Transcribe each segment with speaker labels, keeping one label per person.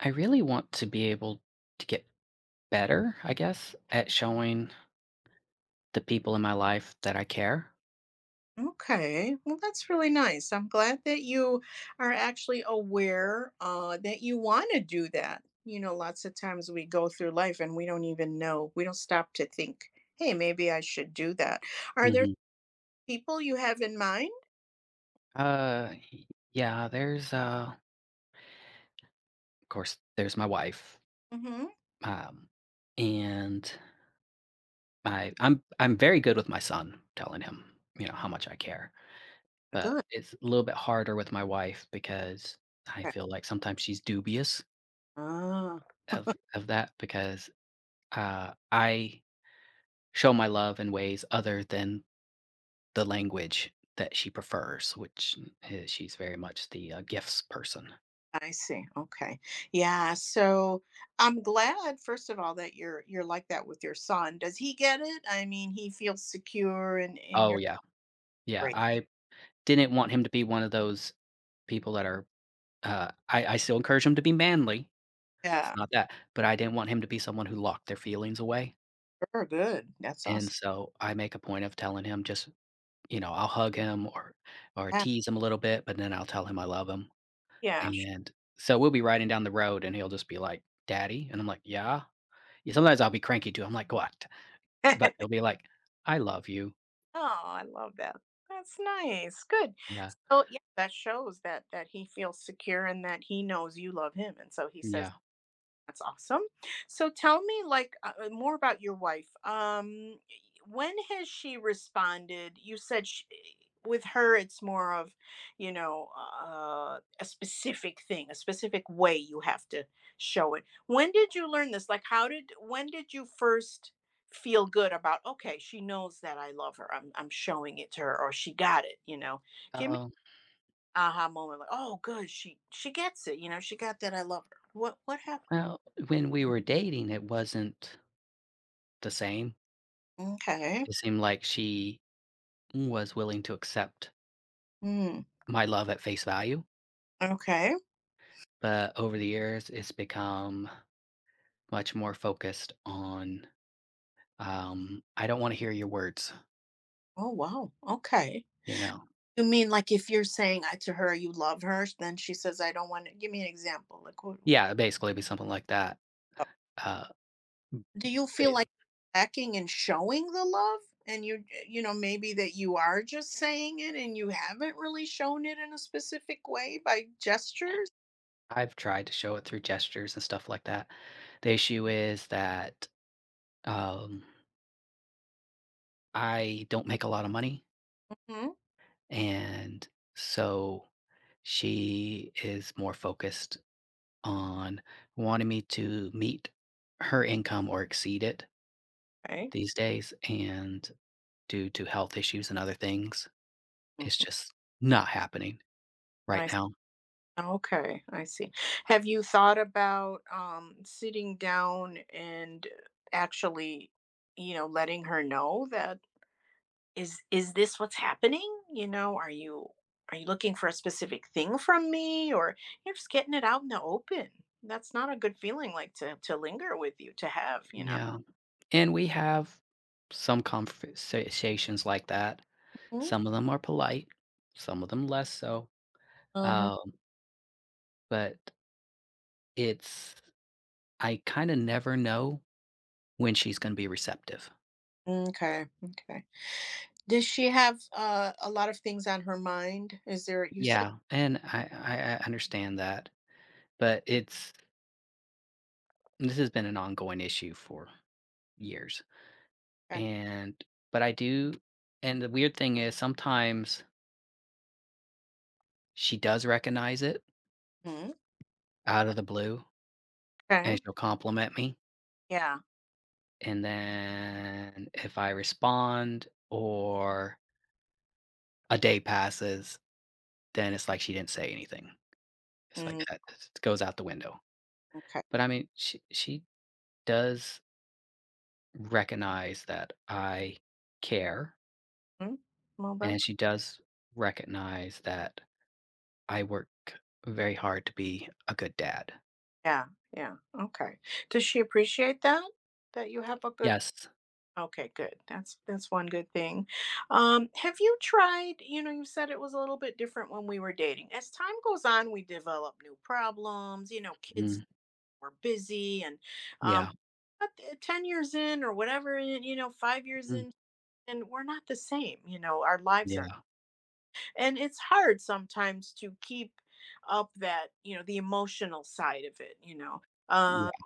Speaker 1: I really want to be able to get better, I guess, at showing the people in my life that I care.
Speaker 2: Okay, well, that's really nice. I'm glad that you are actually aware that you want to do that. You know, lots of times we go through life and we don't even know, we don't stop to think, hey, maybe I should do that. Are there
Speaker 1: hmm
Speaker 2: people you have in mind?
Speaker 1: Uh, y- yeah, there's of course, there's my wife,
Speaker 2: Mm hmm.
Speaker 1: um, and my I'm very good with my son, telling him you know how much I care, but
Speaker 2: Good.
Speaker 1: it's a little bit harder with my wife because I
Speaker 2: Okay.
Speaker 1: feel like sometimes she's dubious
Speaker 2: Ah,
Speaker 1: of that because I show my love in ways other than the language that she prefers, which I she's very much the, gifts person.
Speaker 2: I see. Okay. Yeah. So I'm glad, first of all, that you're like that with your son. Does he get it? I mean, he feels secure and
Speaker 1: Oh,
Speaker 2: you're
Speaker 1: yeah. Yeah,
Speaker 2: great.
Speaker 1: I didn't want him to be one of those people that are, I still encourage him to be manly, it's
Speaker 2: Yeah.
Speaker 1: not that, but I didn't want him to be someone who locked their feelings away,
Speaker 2: Sure. Good. That's
Speaker 1: and
Speaker 2: awesome.
Speaker 1: so I make a point of telling him just you know, I'll hug him or
Speaker 2: Yeah.
Speaker 1: tease him a little bit, but then I'll tell him I love him,
Speaker 2: Yeah.
Speaker 1: and so we'll be riding down the road, and he'll just be like, "Daddy?" And I'm like, "Yeah?" Yeah, sometimes I'll be cranky too, I'm like, "What?" But he'll be like, "I love you."
Speaker 2: Oh, I love that. That's nice. Good.
Speaker 1: Yeah,
Speaker 2: So yeah, that shows that that he feels secure and that he knows you love him, and so he says
Speaker 1: yeah.
Speaker 2: that's awesome. So tell me, like, more about your wife. When has she responded? You said sh with her, it's more of, you know, a specific thing, a specific way you have to show it. When did you learn this? Like, how did, when did you first feel good about, okay, she knows that I love her. I'm showing it to her, or she got it, you know? Give me
Speaker 1: "Oh,
Speaker 2: an aha moment, like, oh, good, she gets it, you know, she got that I love her. What happened?
Speaker 1: well, when we were dating, it wasn't the same."
Speaker 2: Okay.
Speaker 1: It seemed like she was willing to accept
Speaker 2: Mm,
Speaker 1: my love at face value,
Speaker 2: okay.
Speaker 1: but over the years, it's become much more focused on, "I don't wanna hear your words,"
Speaker 2: Oh, wow. Okay.
Speaker 1: you know?
Speaker 2: You mean like if you're saying I to her you love her, then she says, "I don't wanna" give me an example, like, what
Speaker 1: Yeah, basically, it'd be something like that. Uh,
Speaker 2: do you feel
Speaker 1: they
Speaker 2: like lacking in showing the love? And you you know, maybe that you are just saying it and you haven't really shown it in a specific way by gestures?
Speaker 1: I've tried to show it through gestures and stuff like that. The issue is that, um, I don't make a lot of money.
Speaker 2: Mhm,
Speaker 1: And so she is more focused on wanting me to meet her income or exceed it
Speaker 2: okay.
Speaker 1: these days. And due to health issues and other things, it's
Speaker 2: Mhm,
Speaker 1: just not happening
Speaker 2: I
Speaker 1: right
Speaker 2: s
Speaker 1: now.
Speaker 2: okay, I see. Have you thought about, sitting down and actually, you know, letting her know that is this what's happening? You know, are you looking for a specific thing from me or you're just getting it out in the open? That's not a good feeling like to linger with you to have, you know.
Speaker 1: Yeah. And we have some conversations like that.
Speaker 2: Mm.
Speaker 1: Some of them are polite, some of them less so.
Speaker 2: Uh-huh.
Speaker 1: Um, but it's, I kind of never know when she's going to be receptive.
Speaker 2: Okay. Okay. Does she have a lot of things on her mind? Is there, you said,
Speaker 1: Yeah, and I understand that, but it's this has been an ongoing issue for years,
Speaker 2: okay.
Speaker 1: and but I do and the weird thing is sometimes she does recognize it
Speaker 2: Mm.
Speaker 1: out of the blue,
Speaker 2: Okay.
Speaker 1: and she'll compliment me,
Speaker 2: Yeah.
Speaker 1: and then if I respond or a day passes, then it's like she didn't say anything. It's like
Speaker 2: Mm.
Speaker 1: that it goes out the window.
Speaker 2: Okay.
Speaker 1: But I mean, she does recognize that I care
Speaker 2: Mm. Well,
Speaker 1: and
Speaker 2: that's,
Speaker 1: she does recognize that I work very hard to be a good dad.
Speaker 2: yeah. Yeah. Okay. Does she appreciate that? That you have a good
Speaker 1: Yes.
Speaker 2: okay, good. That's one good thing. Have you tried, you know, you said it was a little bit different when we were dating. As time goes on, we develop new problems, you know, kids
Speaker 1: Mhm.
Speaker 2: were busy and um
Speaker 1: Yeah.
Speaker 2: but 10 years in or whatever, you know, 5 years
Speaker 1: Mhm.
Speaker 2: in and we're not the same, you know, our lives are.
Speaker 1: Yeah.
Speaker 2: And it's hard sometimes to keep up that, you know, the emotional side of it, you know. Uh,
Speaker 1: Yeah.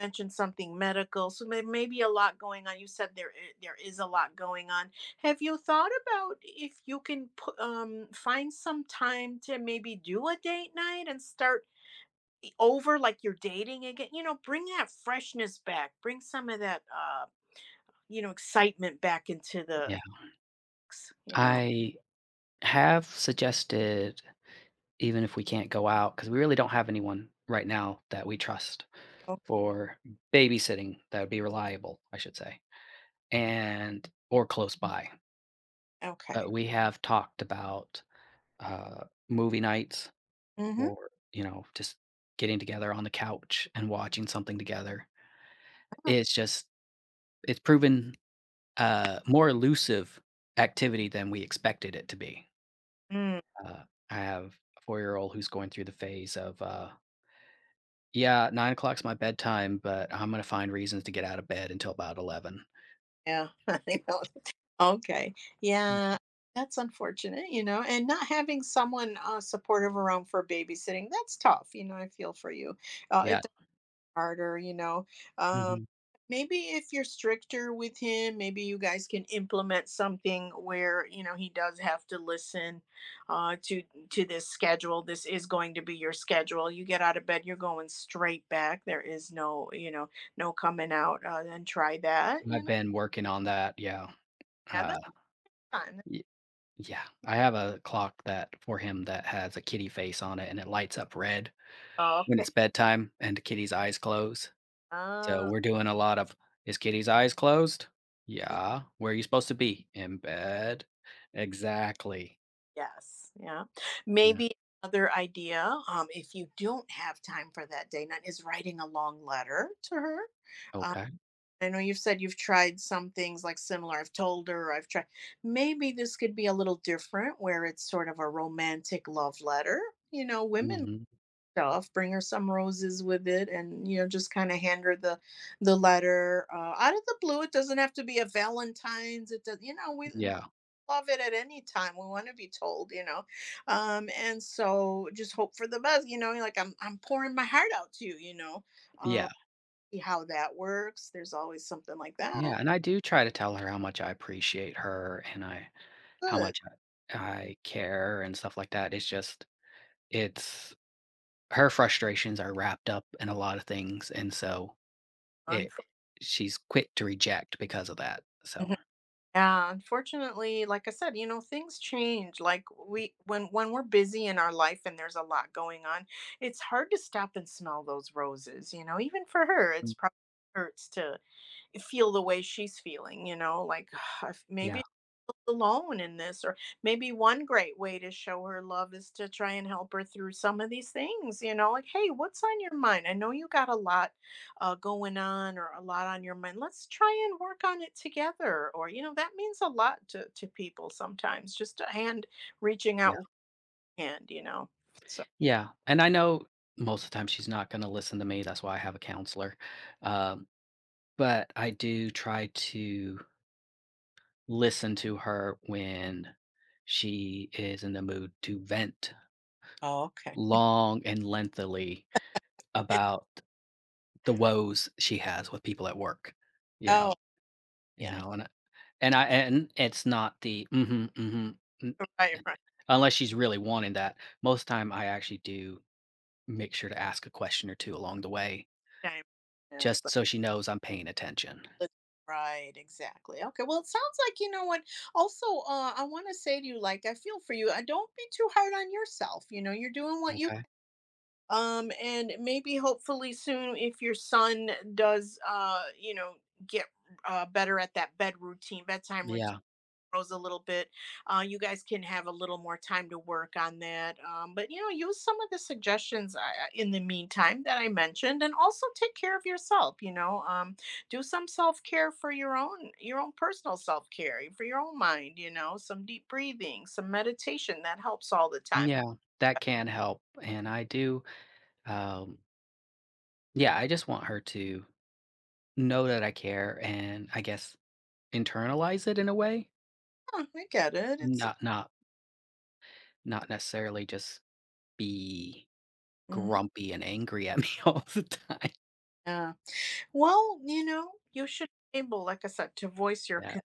Speaker 2: mentioned something medical, so there may be a lot going on. You said there there is a lot going on. Have you thought about if you can put, find some time to maybe do a date night and start over like you're dating again? You know, bring that freshness back. Bring some of that, you know, excitement back into the,
Speaker 1: Yeah.
Speaker 2: you know.
Speaker 1: I have suggested, even if we can't go out, because we really don't have anyone right now that we trust
Speaker 2: Oh,
Speaker 1: for babysitting that would be reliable, I should say, and or close by.
Speaker 2: okay.
Speaker 1: But we have talked about uh, movie nights
Speaker 2: Mm-hmm.
Speaker 1: or, you know, just getting together on the couch and watching something together. It's just it's proven a more elusive activity than we expected it to be.
Speaker 2: Mm,
Speaker 1: Uh, I have a four-year-old who's going through the phase of, "Yeah, 9 o'clock's my bedtime, but I'm gonna find reasons to get out of bed until about 11."
Speaker 2: yeah, I know. Okay. Yeah, that's unfortunate, you know, and not having someone supportive around for babysitting, that's tough. You know, I feel for you.
Speaker 1: Yeah.
Speaker 2: It's harder, you know. Um,
Speaker 1: Mhm.
Speaker 2: maybe if you're stricter with him, maybe you guys can implement something where, you know, he does have to listen uh, to to this schedule. This is going to be your schedule. You get out of bed, you're going straight back. There is no, you know, no coming out and try that, you
Speaker 1: I've
Speaker 2: know.
Speaker 1: been working on that, yeah.
Speaker 2: Yeah,
Speaker 1: Uh,
Speaker 2: that's fun.
Speaker 1: y yeah. I have a clock that for him that has a kitty face on it, and it lights up red. When it's
Speaker 2: Okay.
Speaker 1: bedtime and kitty's eyes close. So
Speaker 2: Oh,
Speaker 1: we're doing a lot of, "Is kitty's eyes closed?"
Speaker 2: mm.
Speaker 1: "Yeah." "Where are you supposed to be?" "In bed." Exactly.
Speaker 2: Yes. Yeah.
Speaker 1: Yeah.
Speaker 2: Maybe another idea, if you don't have time for that day night, is writing a long letter to her. Um,
Speaker 1: Okay.
Speaker 2: I know you've said you've tried some things like similar. I've told her, I've tried. Maybe this could be a little different where it's sort of a romantic love letter, you know, women
Speaker 1: Mhm.
Speaker 2: stuff. Bring her some roses with it and, you know, just kind of hand her the letter out of the blue. It doesn't have to be a Valentine's. It does, you know, we
Speaker 1: Yeah.
Speaker 2: love it at any time. We want to be told, you know. And so just hope for the best, you know, like I'm pouring my heart out to you, you know. Um,
Speaker 1: Yeah.
Speaker 2: see how that works. There's always something like
Speaker 1: Yeah,
Speaker 2: that.
Speaker 1: and I do try to tell her how much I appreciate her and I how
Speaker 2: Good.
Speaker 1: much I care and stuff like that. It's her frustrations are wrapped up in a lot of things, and so it
Speaker 2: Unf-
Speaker 1: she's quick to reject because of that. So,
Speaker 2: Mhm. Yeah, unfortunately, like I said, you know, things change. Like we when we're busy in our life and there's a lot going on, it's hard to stop and smell those roses, you know, even for her,
Speaker 1: mm,
Speaker 2: it's probably hurts to feel the way she's feeling, you know, like "I maybe
Speaker 1: yeah,
Speaker 2: I feel alone in this or maybe one great way to show her love is to try and help her through some of these things, you know, like hey, what's on your mind, I know you got a lot going on or a lot on your mind, let's try and work on it together or you know that means a lot to people, sometimes just a hand reaching
Speaker 1: yeah.
Speaker 2: out with a hand, you know, so
Speaker 1: Yeah, and I know most of the time she's not gonna listen to me, that's why I have a counselor, um, but I do try to listen to her when she is in the mood to vent
Speaker 2: oh, okay.
Speaker 1: long and lengthily about the woes she has with people at work, you
Speaker 2: Oh,
Speaker 1: know you
Speaker 2: yeah,
Speaker 1: know, and I and it's not the, "Mhm, mhm, mm"
Speaker 2: right, right.
Speaker 1: unless she's really wanting that. Most time, I actually do make sure to ask a question or two along the way
Speaker 2: Time. Yeah.
Speaker 1: just so she knows I'm paying attention.
Speaker 2: But- right, exactly. Okay, well, it sounds like you know what. Also, I want to say to you, like, I feel for you. Don't be too hard on yourself. You know, you're doing what you
Speaker 1: Okay.
Speaker 2: and maybe hopefully soon, if your son does, you know, get better at that bed routine, bedtime routine
Speaker 1: Yeah.
Speaker 2: a little bit. You guys can have a little more time to work on that. But you know, use some of the suggestions in the meantime that I mentioned, and also take care of yourself. You know, do some self care for your own personal self care for your own mind. You know, some deep breathing, some meditation that helps all the time.
Speaker 1: Yeah. That can help, and I do, um yeah, I just want her to know that I care and, I guess, internalize it in a way,
Speaker 2: "Huh, I get it. It's
Speaker 1: not not not necessarily just be
Speaker 2: hmm.
Speaker 1: grumpy and angry at me all the time.
Speaker 2: Yeah. Well, you know, you should be able, like I said, to voice your,
Speaker 1: Yeah.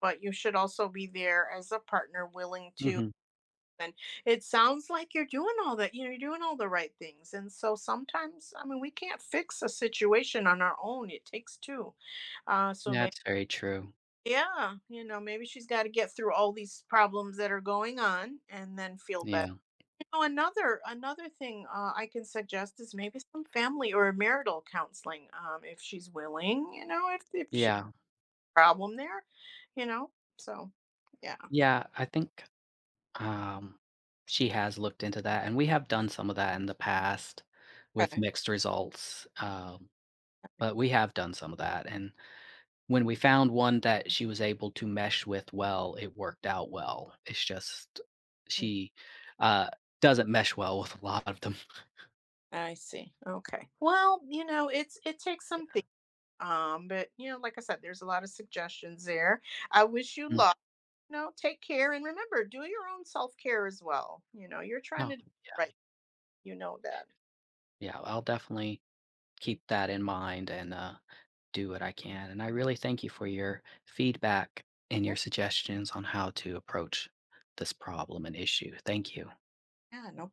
Speaker 2: but you should also be there as a partner willing to
Speaker 1: Mhm.
Speaker 2: and it sounds like you're doing all that, you know, you're doing all the right things and so sometimes, I mean, we can't fix a situation on our own, it takes two, so maybe
Speaker 1: That's very true.
Speaker 2: yeah, you know, maybe she's got to get through all these problems that are going on and then feel better,
Speaker 1: Yeah.
Speaker 2: you know, another thing I can suggest is maybe some family or marital counseling, um, if she's willing, you know, if she's
Speaker 1: Yeah.
Speaker 2: a problem there, you know, so yeah.
Speaker 1: Yeah, I think Um, she has looked into that, and we have done some of that in the past with mixed results, but we have done some of that, and when we found one that she was able to mesh with well, it worked out well. It's just
Speaker 2: Mm,
Speaker 1: she, uh, doesn't mesh well with a lot of them.
Speaker 2: I see. Okay. Well, you know, it's it takes something. But you know, like I said, there's a lot of suggestions there. I wish you
Speaker 1: Mm,
Speaker 2: luck. You know, take care and remember, do your own self care as well. You know, you're trying
Speaker 1: no.
Speaker 2: to do right. You know that.
Speaker 1: Yeah, I'll definitely keep that in mind and, do what I can, and I really thank you for your feedback and your
Speaker 2: Yeah.
Speaker 1: suggestions on how to approach this problem and issue. Thank you.
Speaker 2: Yeah. No